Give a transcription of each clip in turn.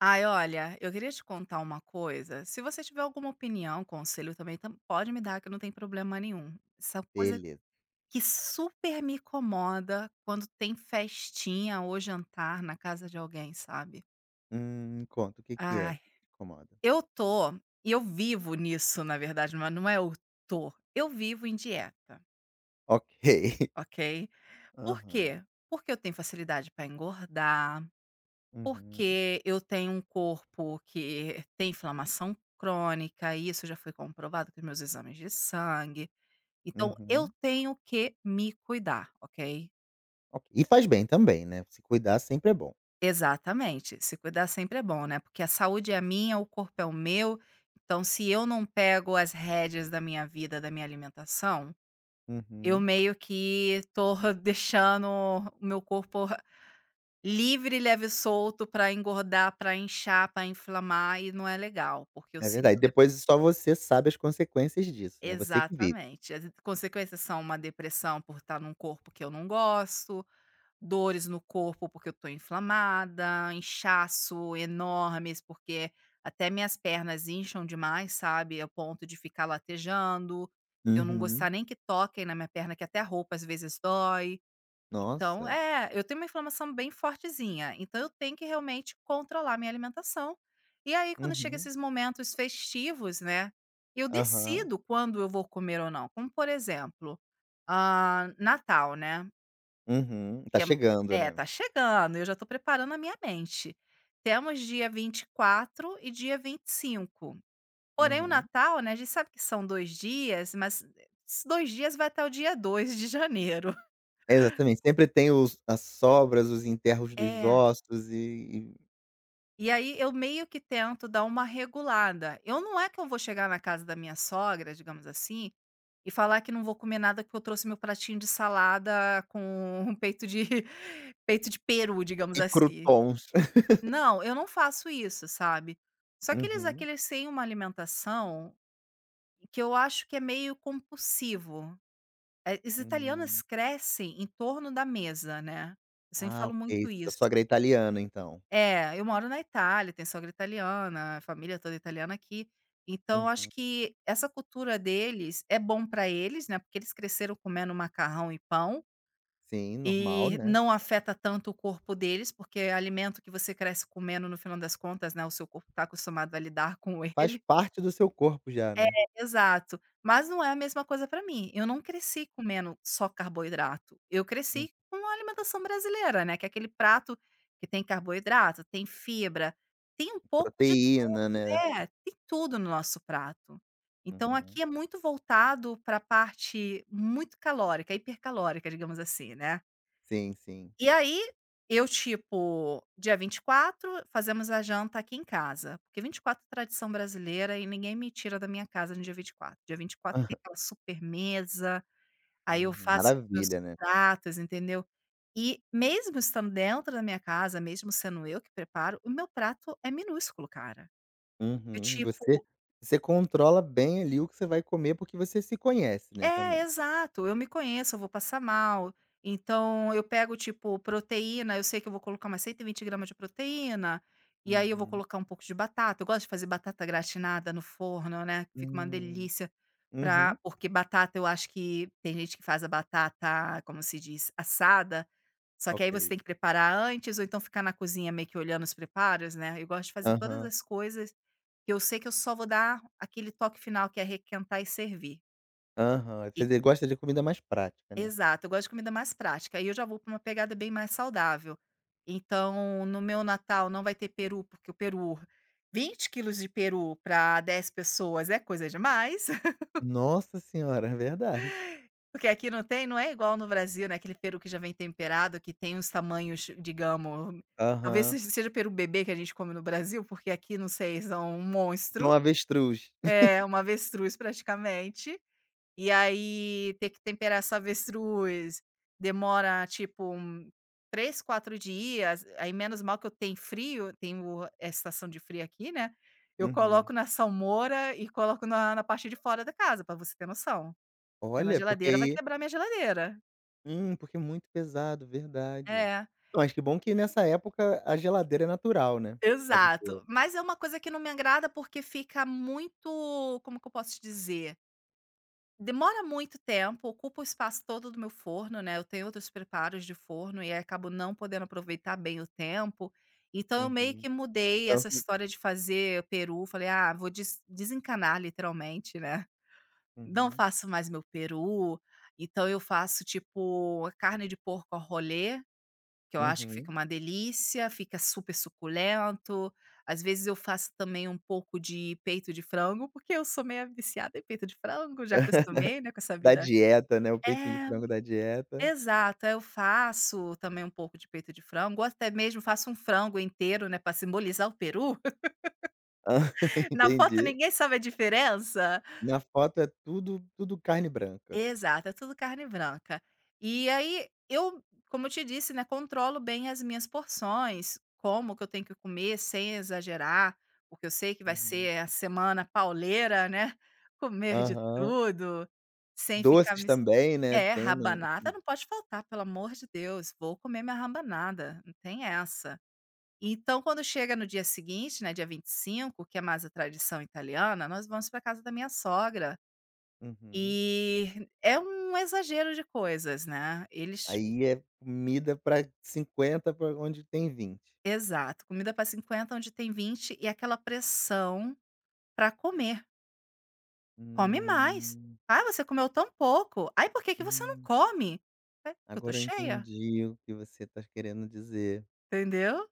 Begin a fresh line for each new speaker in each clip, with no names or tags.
Ai, olha, eu queria te contar uma coisa. Se você tiver alguma opinião, conselho também, pode me dar, que não tem problema nenhum. Essa coisa
Beleza.
que super me incomoda quando tem festinha ou jantar na casa de alguém, sabe?
Conta, o que que é
Ai,
que te incomoda?
eu tô, e eu vivo nisso, na verdade, mas não é eu tô. Eu vivo em dieta,
Ok.
ok? Por
Aham.
quê? Porque eu tenho facilidade para engordar,
Uhum,
porque eu tenho um corpo que tem inflamação crônica, e isso já foi comprovado com meus exames de sangue. Então, eu
uhum.
tenho que me cuidar, ok?
Ok. E faz bem também, né, se cuidar sempre é bom.
Exatamente. Se cuidar sempre é bom, né? Porque a saúde é minha, o corpo é o meu. Então, se eu não pego as rédeas da minha vida, da minha alimentação, eu
Uhum.
meio que tô deixando o meu corpo livre, leve e solto para engordar, para inchar, para inflamar, e não é legal, porque eu
É
sinto
verdade, depois
depois.
só você sabe as consequências disso, né, você que vive.
Exatamente. As consequências são uma depressão por estar num corpo que eu não gosto, dores no corpo porque eu estou inflamada, inchaço enormes porque até minhas pernas incham demais, sabe, ao ponto de ficar latejando, de eu não
Uhum.
gostar nem que toquem na minha perna, que até a roupa às vezes dói. Então,
Nossa.
é, eu tenho uma inflamação bem fortezinha, então eu tenho que realmente controlar minha alimentação. E aí quando chega
Uhum.
esses momentos festivos, né, eu
Aham.
decido quando eu vou comer ou não, como por exemplo, Natal, né.
Uhum. Tá
tem
chegando,
É,
né.
tá chegando, eu já tô preparando a minha mente. Temos dia 24 e dia 25, porém o
Uhum.
Natal, né, a gente sabe que são 2 dias, mas esses 2 dias vai até o dia 2 de janeiro.
É, exatamente, sempre tem os as sobras, os enterros dos
É.
ossos e e
E aí eu meio que tento dar uma regulada. Eu não é que eu vou chegar na casa da minha sogra, digamos assim, e falar que não vou comer nada porque eu trouxe meu pratinho de salada com um peito de peito de peru, digamos
e
assim.
croutons.
Não, eu não faço isso, sabe? Só que eles
Uhum.
aqueles têm uma alimentação que eu acho que é meio compulsivo. Eh, os italianos
Hum.
crescem em torno da mesa, né? Eu sempre
Ah,
falo muito
ok, sua
isso.
sogra é italiana, então.
É, eu moro na Itália, tenho sogra italiana, a família toda italiana aqui, então eu acho
Uhum.
que essa cultura deles é bom para eles, né, porque eles cresceram comendo macarrão e pão,
Sim, normal,
e
né.
não afeta tanto o corpo deles, porque é alimento que você cresce comendo, no final das contas, né, o seu corpo está acostumado a lidar com
Faz
ele.
parte do seu corpo já,
É,
né.
exato. Mas não é a mesma coisa para mim. Eu não cresci comendo só carboidrato. Eu
Hum.
cresci com a alimentação brasileira, né, que é aquele prato que tem carboidrato, tem fibra, tem um pouco de
Proteína,
tudo.
né.
É, tem tudo no nosso prato. Então
Uhum.
aqui é muito voltado para a parte muito calórica, hipercalórica, digamos assim, né.
Sim, sim.
E aí, eu tipo, dia 24 fazemos a janta aqui em casa, porque 24 é tradição brasileira e ninguém me tira da minha casa no dia 24. Dia 24 tem aquela super mesa, aí eu
Uhum,
faço os meus
maravilha, né.
pratos, entendeu. E mesmo estando dentro da minha casa, mesmo sendo eu que preparo, o meu prato é minúsculo, cara. Eu
Uhum. Você
tipo
você controla bem ali o que você vai comer, porque você se conhece, né,
é,
também.
exato. Eu me conheço, eu vou passar mal. Então, eu pego, tipo, proteína. Eu sei que eu vou colocar umas 120 gramas de proteína. E aí, eu vou
Uhum.
colocar um pouco de batata. Eu gosto de fazer batata gratinada no forno, né? Fica uma
Hum.
delícia.
Uhum.
Pra... porque batata, eu acho que tem gente que faz a batata, como se diz, assada. Só que aí
Ok.
você tem que preparar antes, ou então ficar na cozinha meio que olhando os preparos, né? Eu gosto de fazer todas
Aham.
as coisas que eu sei que eu só vou dar aquele toque final, que é requentar e servir.
Aham.
E
Você gosta de comida mais prática, né.
exato, eu gosto de comida mais prática, aí eu já vou para uma pegada bem mais saudável. Então, no meu Natal não vai ter peru, porque o peru 20 quilos de peru para 10 pessoas é coisa demais,
Nossa senhora, é verdade.
porque aqui não tem, não é igual no Brasil, né, aquele peru que já vem temperado, que tem os tamanhos, digamos, talvez se
Aham.
seja peru bebê que a gente come no Brasil, porque aqui, não sei, são um
Então,
monstro,
avestruz.
é, uma avestruz praticamente. E aí ter que temperar essa avestruz demora tipo 3, 4 dias, aí menos mal que eu tenho frio, tenho a estação de frio aqui, né, eu
Uhum.
coloco na salmoura e coloco na parte de fora da casa, para você ter noção, porque na
Olha, porque
geladeira vai
aí
quebrar minha geladeira.
hum, porque é muito pesado, verdade.
É,
Não, mas que bom que nessa época a geladeira é natural, né, pra
exato.
você.
Mas é uma coisa que não me agrada, porque fica muito, como que eu posso te dizer? Demora muito tempo, ocupa o espaço todo do meu forno, né, eu tenho outros preparos de forno e aí acabo não podendo aproveitar bem o tempo, então eu meio
Uhum.
que mudei
Então
essa
se
história de fazer peru, falei: "Ah, vou desencanar literalmente, né, não
uhum,
faço mais meu peru", então eu faço tipo a carne de porco ao rolê, que eu acho que fica
uhum.
uma delícia, fica super suculento, às vezes eu faço também um pouco de peito de frango, porque eu sou meio viciada em peito de frango, já acostumei, né, com essa
Da
vida
dieta, né, o peitinho de
é,
frango da dieta.
exato. Eu faço também um pouco de peito de frango, ou até mesmo faço um frango inteiro, né, para simbolizar o peru.
Hã,
Na foto
entendi.
ninguém sabe a diferença.
Na foto é tudo carne branca.
Exato, é tudo carne branca. E aí eu, como eu te disse, né, controlo bem as minhas porções, como que eu tenho que comer sem exagerar, porque eu sei que vai
Uhum.
ser a semana pauleira, né, comer de
Aham.
tudo, sem ficar
Doces
me
também, né,
é,
tem no
rabanada
uhum.
não pode faltar, pelo amor de Deus, vou comer minha rabanada, não tem essa. Então quando chega no dia seguinte, né, dia 25, que é mais a tradição italiana, nós vamos para casa da minha sogra,
Uhum.
e é um exagero de coisas, né, eles
Aí é comida pra 50 pra onde tem 20
exato, comida para 50 onde tem 20 e aquela pressão para comer, "come mais,
hum,
ah, você comeu tão pouco, ai por que que você não
hum.
come?" "É, porque eu tô
Agora eu
cheia",
entendi o que você está querendo dizer.
entendeu?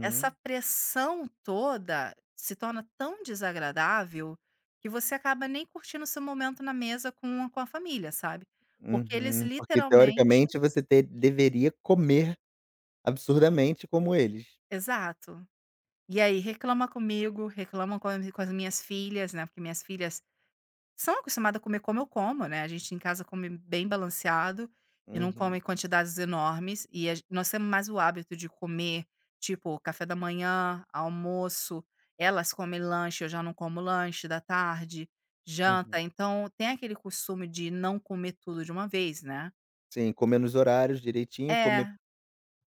Essa pressão toda se torna tão desagradável que você acaba nem curtindo seu momento na mesa com com a família, sabe. Porque eles
uhum. Porque
literalmente
teoricamente você te deveria comer absurdamente como eles.
exato. E aí reclama comigo, reclamam com as minhas filhas, né, porque minhas filhas são acostumadas a comer como eu como, né, a gente em casa come bem balanceado e não come
Uhum,
em quantidades enormes, e a ge nós temos mais o hábito de comer, tipo, café da manhã, almoço, elas comem lanche, eu já não como lanche da tarde, janta,
uhum.
então tem aquele costume de não comer tudo de uma vez, né.
Sim, comer nos horários direitinho, comer
É,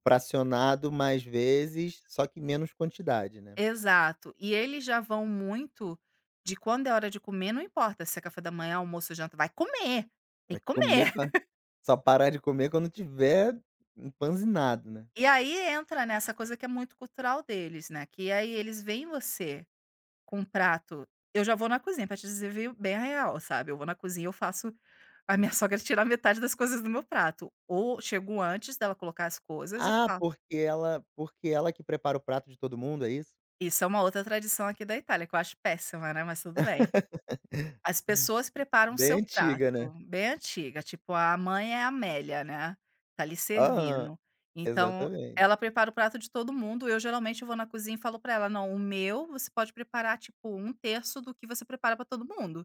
fracionado mais vezes, só que menos quantidade, né.
exato. E eles já vão muito de quando é hora de comer, não importa se é café da manhã, almoço, janta, vai comer, tem
É
que
comer
comer.
pa só parar de comer quando tiver empanzinado, né.
E aí entra nessa coisa que é muito cultural deles, né, que aí eles veem você com um prato, eu já vou na cozinha, pra te dizer veio bem a real, sabe, eu vou na cozinha e eu faço a minha sogra tirar metade das coisas do meu prato, ou chego antes dela colocar as coisas e
Ah,
faço.
porque ela que prepara o prato de todo mundo, é isso?
Isso é uma outra tradição aqui da Itália que eu acho péssima, né, mas tudo bem. As pessoas preparam o seu
Bem antiga,
prato,
né.
bem antiga, tipo a mãe é a Amélia, né, tá ali
Aham,
servindo. Então,
exatamente.
ela prepara o prato de todo mundo, eu geralmente vou na cozinha e falo pra ela: "Não, o meu você pode preparar tipo um terço do que você prepara pra todo mundo,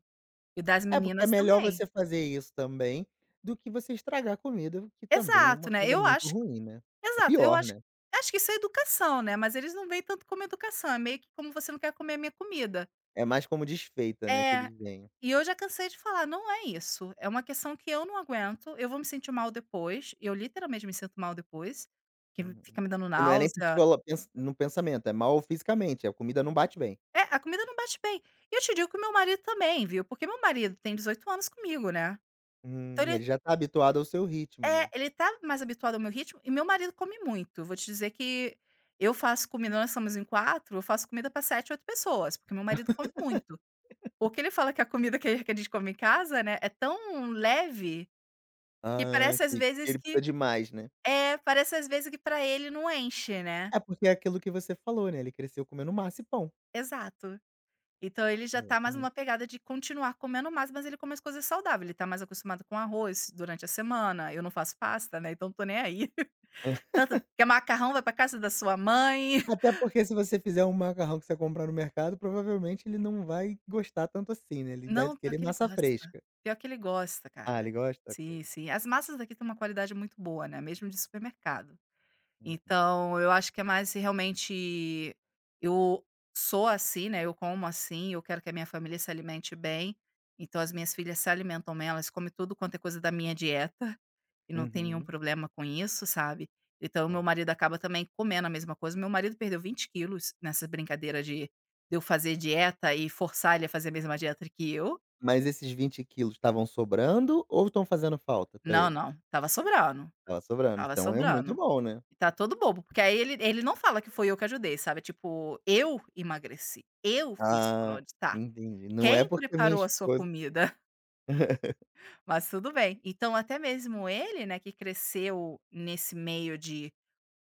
e das
É, porque é
meninas
melhor
também".
você fazer isso também, do que você estragar a comida, que também é
Exato,
uma
né,
coisa
eu
muito
acho
ruim, né. É
exato, eu
pior,
acho,
né.
que isso é educação, né, mas eles não veem tanto como educação, é meio que como você não quer comer a minha comida.
É mais como desfeita, né, que
É,
eles veem.
e eu já cansei de falar: "Não é isso, é uma questão que eu não aguento, eu vou me sentir mal depois", eu literalmente me sinto mal depois, que fica
Uhum.
me dando
E não é nem
náusea.
psicolo pens no pensamento, é mal fisicamente, a comida não bate bem.
É, a comida não bate bem. E eu te digo que o meu marido também, viu, porque meu marido tem 18 anos comigo, né. Então ele
Ele já tá habituado ao seu ritmo,
é,
né.
ele tá mais habituado ao meu ritmo, e meu marido come muito. Vou te dizer que eu faço comida, nós somos em quatro, eu faço comida pra 7, 8 pessoas, porque meu marido come muito. Porque ele fala que a comida que a gente come em casa, né, é tão leve, que
Ah,
parece às
que
vezes
ele precisa
que
de mais, né.
é, parece às vezes que pra ele não enche, né.
É, porque é aquilo que você falou, né, ele cresceu comendo massa e pão.
Exato. Então ele já tá mais
Exatamente.
numa pegada de continuar comendo mais, mas ele come as coisas saudáveis, ele tá mais acostumado com arroz durante a semana, eu não faço pasta, né, então não tô nem aí. Tanto quer macarrão, vai pra casa da sua mãe.
Até porque se você fizer um macarrão que você comprar no mercado, provavelmente ele não vai gostar tanto assim, né, ele
Não,
deve
pior
querer
que ele
massa
gosta.
fresca.
Pior que ele gosta,
Ah,
cara.
ele gosta? Ok.
Sim, sim. As massas daqui têm uma qualidade muito boa, né, mesmo de supermercado.
Uhum.
Então, eu acho que é mais realmente eu sou assim, né, eu como assim, eu quero que a minha família se alimente bem, então as minhas filhas se alimentam bem, elas comem tudo quanto é coisa da minha dieta e não tem nenhum
Uhum.
problema com isso, sabe. Então
Ó,
meu marido acaba também comendo a mesma coisa, meu marido perdeu 20 quilos nessa brincadeira de eu fazer dieta e forçar ele a fazer a mesma dieta que eu.
mas esses 20 quilos estavam sobrando ou estão fazendo falta pra
Não,
ele?
não, tava sobrando,
Estava sobrando,
tava
então é muito
sobrando.
bom, né?
Tá todo bobo, porque aí ele não fala que foi eu que ajudei, sabe, tipo: "Eu emagreci, eu fiz por
Ah,
onde tá,
entendi. Não é
quem
porque minha
preparou a sua
esposa
comida?". Mas tudo bem. Então até mesmo ele, né, que cresceu nesse meio de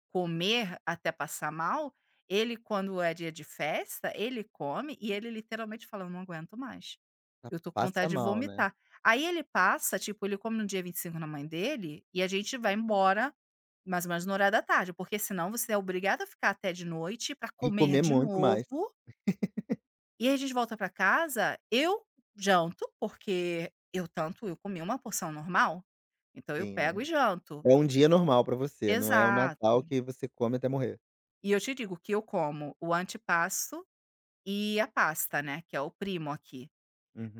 comer até passar mal, ele quando é dia de festa, ele come e ele literalmente fala: "Eu não aguento mais,
pa
eu tô com
passa
vontade de
mal, né?
vomitar". Aí ele passa, tipo, ele come no dia 25 na mãe dele, e a gente vai embora mais ou menos no horário da tarde, porque senão você é obrigado a ficar até de noite para
E
comer
comer
de
muito
novo,
mais.
e aí a gente volta para casa, eu janto, porque eu tanto eu comi uma porção normal, então eu
Sim,
pego e
né?
janto.
É um dia normal pra você, não é o Natal
Exato.
que você come até morrer.
E eu te digo que eu como o antipasto e a pasta, né, que é o primo aqui.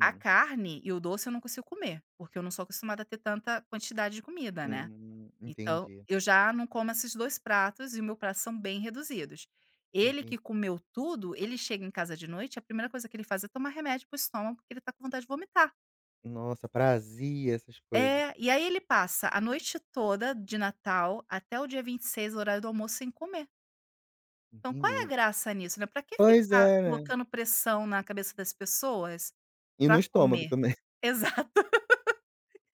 A carne e o doce eu não consigo comer, porque eu não sou acostumada a ter tanta quantidade de comida, né.
Hum,
Então,
entendi,
eu já não como esses 2 pratos e o meu prato são bem reduzidos. Ele
entendi.
que comeu tudo, ele chega em casa de noite, a primeira coisa que ele faz é tomar remédio para o estômago, porque ele tá com vontade de vomitar.
Nossa, prazia essas coisas.
É, e aí ele passa a noite toda de Natal até o dia 26, horário do almoço, sem comer. Então qual é a
Entendi.
graça nisso, né, pra que
Pois
ficar
é, né.
colocando pressão na cabeça das pessoas
E no
pra
estômago
comer?
também.
Exato.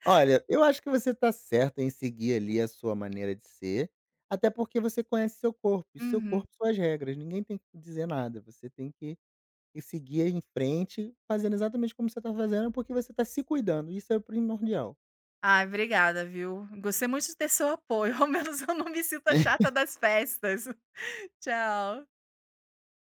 Olha, eu acho que você tá certa em seguir ali a sua maneira de ser, até porque você conhece seu corpo, e seu
Uhum.
corpo suas regras, ninguém tem que dizer nada, você tem que seguir em frente, fazendo exatamente como você tá fazendo, porque você tá se cuidando, isso é primordial.
Ai, obrigada, viu. Gostei muito de ter seu apoio, ao menos eu não me sinto a chata das festas. Tchau.